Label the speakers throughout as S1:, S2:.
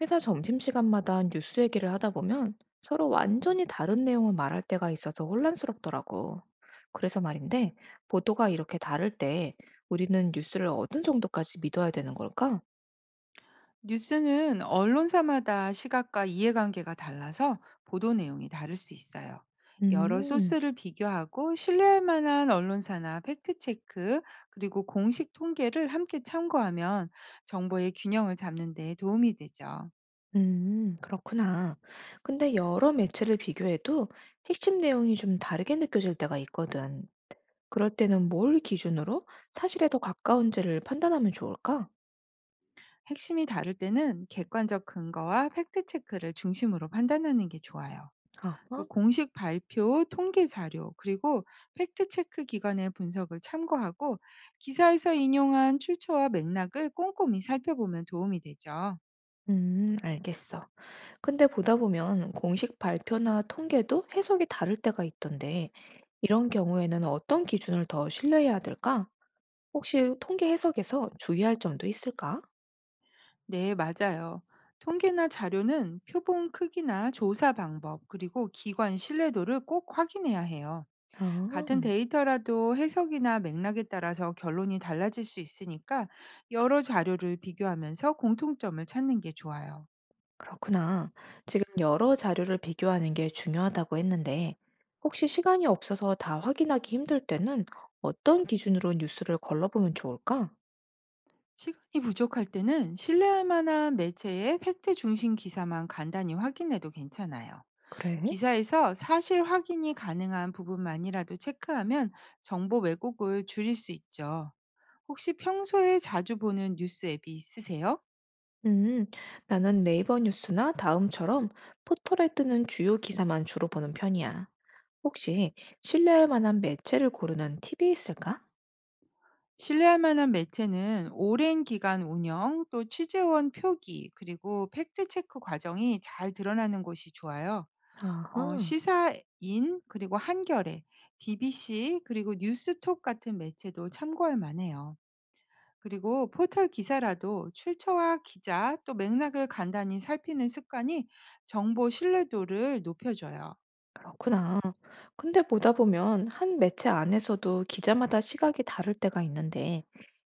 S1: 회사 점심시간마다 뉴스 얘기를 하다 보면 서로 완전히 다른 내용을 말할 때가 있어서 혼란스럽더라고. 그래서 말인데, 보도가 이렇게 다를 때 우리는 뉴스를 어느 정도까지 믿어야 되는 걸까?
S2: 뉴스는 언론사마다 시각과 이해관계가 달라서 보도 내용이 다를 수 있어요. 여러
S1: 음,
S2: 소스를 비교하고 신뢰할 만한 언론사나 팩트체크, 그리고 공식 통계를 함께 참고하면 정보의 균형을 잡는 데 도움이 되죠.
S1: 그렇구나. 근데 여러 매체를 비교해도 핵심 내용이 좀 다르게 느껴질 때가 있거든. 그럴 때는 뭘 기준으로 사실에 더 가까운지를 판단하면 좋을까?
S2: 핵심이 다를 때는 객관적 근거와 팩트체크를 중심으로 판단하는 게 좋아요. 또
S1: 아하,
S2: 공식 발표, 통계 자료, 그리고 팩트체크 기관의 분석을 참고하고 기사에서 인용한 출처와 맥락을 꼼꼼히 살펴보면 도움이 되죠.
S1: 알겠어. 근데 보다 보면 공식 발표나 통계도 해석이 다를 때가 있던데, 이런 경우에는 어떤 기준을 더 신뢰해야 될까? 혹시 통계 해석에서 주의할 점도 있을까?
S2: 네, 맞아요. 통계나 자료는 표본 크기나 조사 방법, 그리고 기관 신뢰도를 꼭 확인해야 해요.
S1: 아,
S2: 같은 데이터라도 해석이나 맥락에 따라서 결론이 달라질 수 있으니까 여러 자료를 비교하면서 공통점을 찾는 게 좋아요.
S1: 그렇구나. 지금 여러 자료를 비교하는 게 중요하다고 했는데, 혹시 시간이 없어서 다 확인하기 힘들 때는 어떤 기준으로 뉴스를 걸러보면 좋을까?
S2: 시간이 부족할 때는 신뢰할 만한 매체의 팩트 중심 기사만 간단히 확인해도 괜찮아요.
S1: 그래.
S2: 기사에서 사실 확인이 가능한 부분만이라도 체크하면 정보 왜곡을 줄일 수 있죠. 혹시 평소에 자주 보는 뉴스 앱이 있으세요?
S1: 음, 나는 네이버 뉴스나 다음처럼 포털에 뜨는 주요 기사만 주로 보는 편이야. 혹시 신뢰할 만한 매체를 고르는 팁이 있을까?
S2: 신뢰할 만한 매체는 오랜 기간 운영, 또 취재원 표기, 그리고 팩트 체크 과정이 잘 드러나는 곳이 좋아요.
S1: 아하,
S2: 시사인 그리고 한겨레, BBC 그리고 뉴스톱 같은 매체도 참고할 만해요. 그리고 포털 기사라도 출처와 기자 또 맥락을 간단히 살피는 습관이 정보 신뢰도를 높여줘요.
S1: 그렇구나. 근데 보다 보면 한 매체 안에서도 기자마다 시각이 다를 때가 있는데,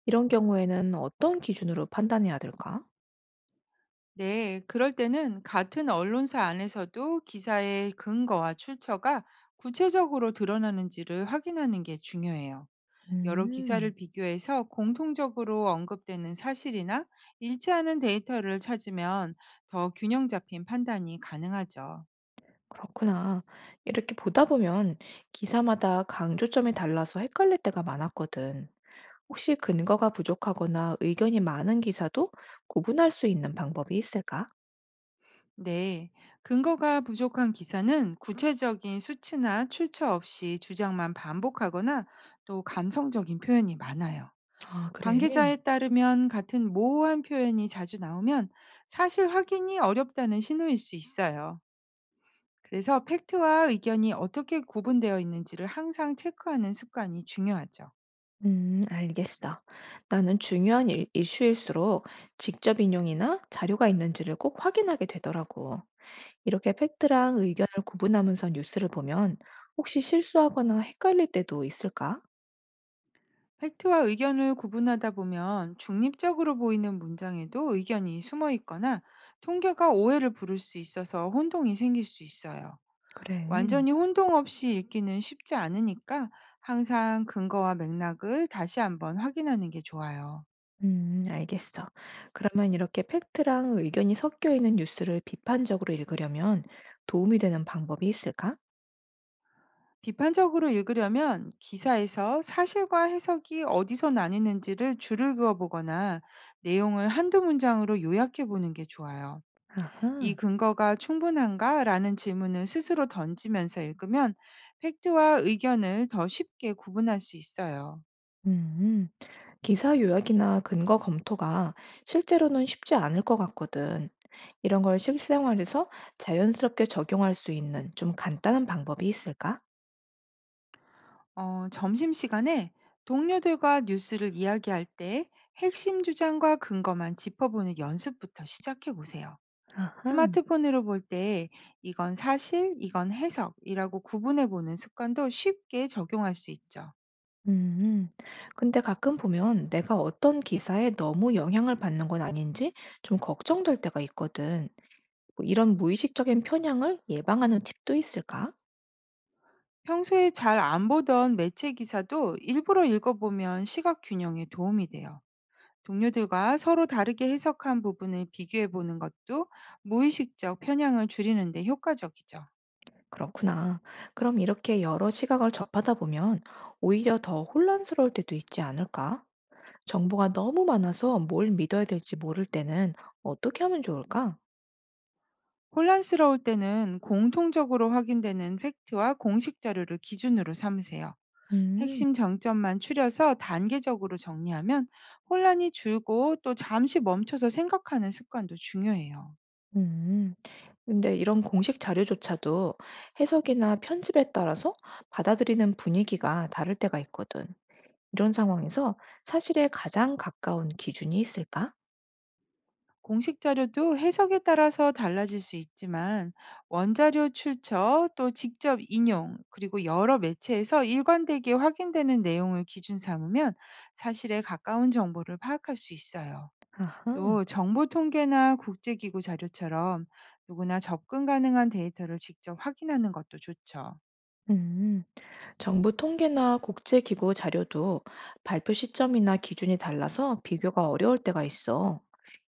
S1: 이런 경우에는 어떤 기준으로 판단해야 될까?
S2: 네, 그럴 때는 같은 언론사 안에서도 기사의 근거와 출처가 구체적으로 드러나는지를 확인하는 게 중요해요. 여러 기사를
S1: 음,
S2: 비교해서 공통적으로 언급되는 사실이나 일치하는 데이터를 찾으면 더 균형 잡힌 판단이 가능하죠.
S1: 그렇구나. 이렇게 보다 보면 기사마다 강조점이 달라서 헷갈릴 때가 많았거든. 혹시 근거가 부족하거나 의견이 많은 기사도 구분할 수 있는 방법이 있을까?
S2: 네, 근거가 부족한 기사는 구체적인 수치나 출처 없이 주장만 반복하거나 또 감성적인 표현이 많아요.
S1: 아, 그래.
S2: 관계자에 따르면 같은 모호한 표현이 자주 나오면 사실 확인이 어렵다는 신호일 수 있어요. 그래서 팩트와 의견이 어떻게 구분되어 있는지를 항상 체크하는 습관이 중요하죠.
S1: 알겠어. 나는 중요한 일, 이슈일수록 직접 인용이나 자료가 있는지를 꼭 확인하게 되더라고. 이렇게 팩트랑 의견을 구분하면서 뉴스를 보면 혹시 실수하거나 헷갈릴 때도 있을까?
S2: 팩트와 의견을 구분하다 보면 중립적으로 보이는 문장에도 의견이 숨어 있거나 통계가 오해를 부를 수 있어서 혼동이 생길 수 있어요.
S1: 그래.
S2: 완전히 혼동 없이 읽기는 쉽지 않으니까 항상 근거와 맥락을 다시 한번 확인하는 게 좋아요.
S1: 알겠어. 그러면 이렇게 팩트랑 의견이 섞여 있는 뉴스를 비판적으로 읽으려면 도움이 되는 방법이 있을까?
S2: 비판적으로 읽으려면 기사에서 사실과 해석이 어디서 나뉘는지를 줄을 그어 보거나 내용을 한두 문장으로 요약해 보는 게 좋아요. 이
S1: 아하.
S2: 근거가 충분한가? 라는 질문을 스스로 던지면서 읽으면 팩트와 의견을 더 쉽게 구분할 수 있어요.
S1: 음, 기사 요약이나 근거 검토가 실제로는 쉽지 않을 것 같거든. 이런 걸 실생활에서 자연스럽게 적용할 수 있는 좀 간단한 방법이 있을까?
S2: 점심시간에 동료들과 뉴스를 이야기할 때 핵심 주장과 근거만 짚어보는 연습부터 시작해 보세요.
S1: 아하.
S2: 스마트폰으로 볼 때 이건 사실, 이건 해석이라고 구분해 보는 습관도 쉽게 적용할 수 있죠.
S1: 음, 근데 가끔 보면 내가 어떤 기사에 너무 영향을 받는 건 아닌지 좀 걱정될 때가 있거든. 뭐 이런 무의식적인 편향을 예방하는 팁도 있을까?
S2: 평소에 잘 안 보던 매체 기사도 일부러 읽어보면 시각 균형에 도움이 돼요. 동료들과 서로 다르게 해석한 부분을 비교해 보는 것도 무의식적 편향을 줄이는데 효과적이죠.
S1: 그렇구나. 그럼 이렇게 여러 시각을 접하다 보면 오히려 더 혼란스러울 때도 있지 않을까? 정보가 너무 많아서 뭘 믿어야 될지 모를 때는 어떻게 하면 좋을까?
S2: 혼란스러울 때는 공통적으로 확인되는 팩트와 공식 자료를 기준으로 삼으세요.
S1: 음,
S2: 핵심 쟁점만 추려서 단계적으로 정리하면 혼란이 줄고 또 잠시 멈춰서 생각하는 습관도 중요해요.
S1: 음, 근데 이런 공식 자료조차도 해석이나 편집에 따라서 받아들이는 분위기가 다를 때가 있거든. 이런 상황에서 사실에 가장 가까운 기준이 있을까?
S2: 공식 자료도 해석에 따라서 달라질 수 있지만 원자료 출처 또 직접 인용 그리고 여러 매체에서 일관되게 확인되는 내용을 기준 삼으면 사실에 가까운 정보를 파악할 수 있어요.
S1: 아하.
S2: 또 정보 통계나 국제기구 자료처럼 누구나 접근 가능한 데이터를 직접 확인하는 것도 좋죠.
S1: 음, 정부 통계나 국제기구 자료도 발표 시점이나 기준이 달라서 비교가 어려울 때가 있어.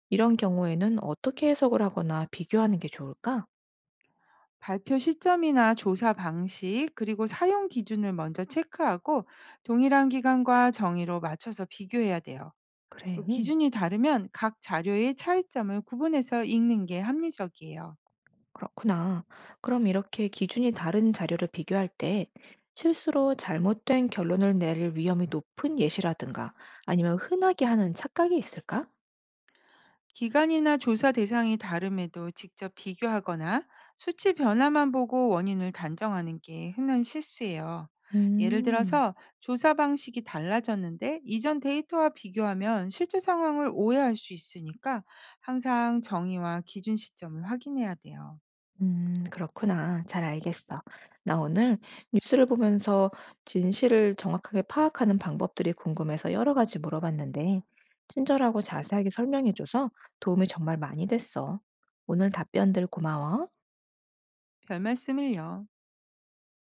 S1: 이런 경우에는 어떻게 해석을 하거나 비교하는 게 좋을까?
S2: 발표 시점이나 조사 방식, 그리고 사용 기준을 먼저 체크하고 동일한 기간과 정의로 맞춰서 비교해야 돼요.
S1: 그래,
S2: 또 기준이 다르면 각 자료의 차이점을 구분해서 읽는 게 합리적이에요.
S1: 그렇구나. 그럼 이렇게 기준이 다른 자료를 비교할 때 실수로 잘못된 결론을 낼 위험이 높은 예시라든가 아니면 흔하게 하는 착각이 있을까?
S2: 기간이나 조사 대상이 다름에도 직접 비교하거나 수치 변화만 보고 원인을 단정하는 게 흔한 실수예요. 예를
S1: 음,
S2: 들어서 조사 방식이 달라졌는데 이전 데이터와 비교하면 실제 상황을 오해할 수 있으니까 항상 정의와 기준 시점을 확인해야 돼요.
S1: 그렇구나. 잘 알겠어. 나 오늘 뉴스를 보면서 진실을 정확하게 파악하는 방법들이 궁금해서 여러 가지 물어봤는데, 친절하고 자세하게 설명해줘서 도움이 정말 많이 됐어. 오늘 답변들 고마워.
S2: 별 말씀을요.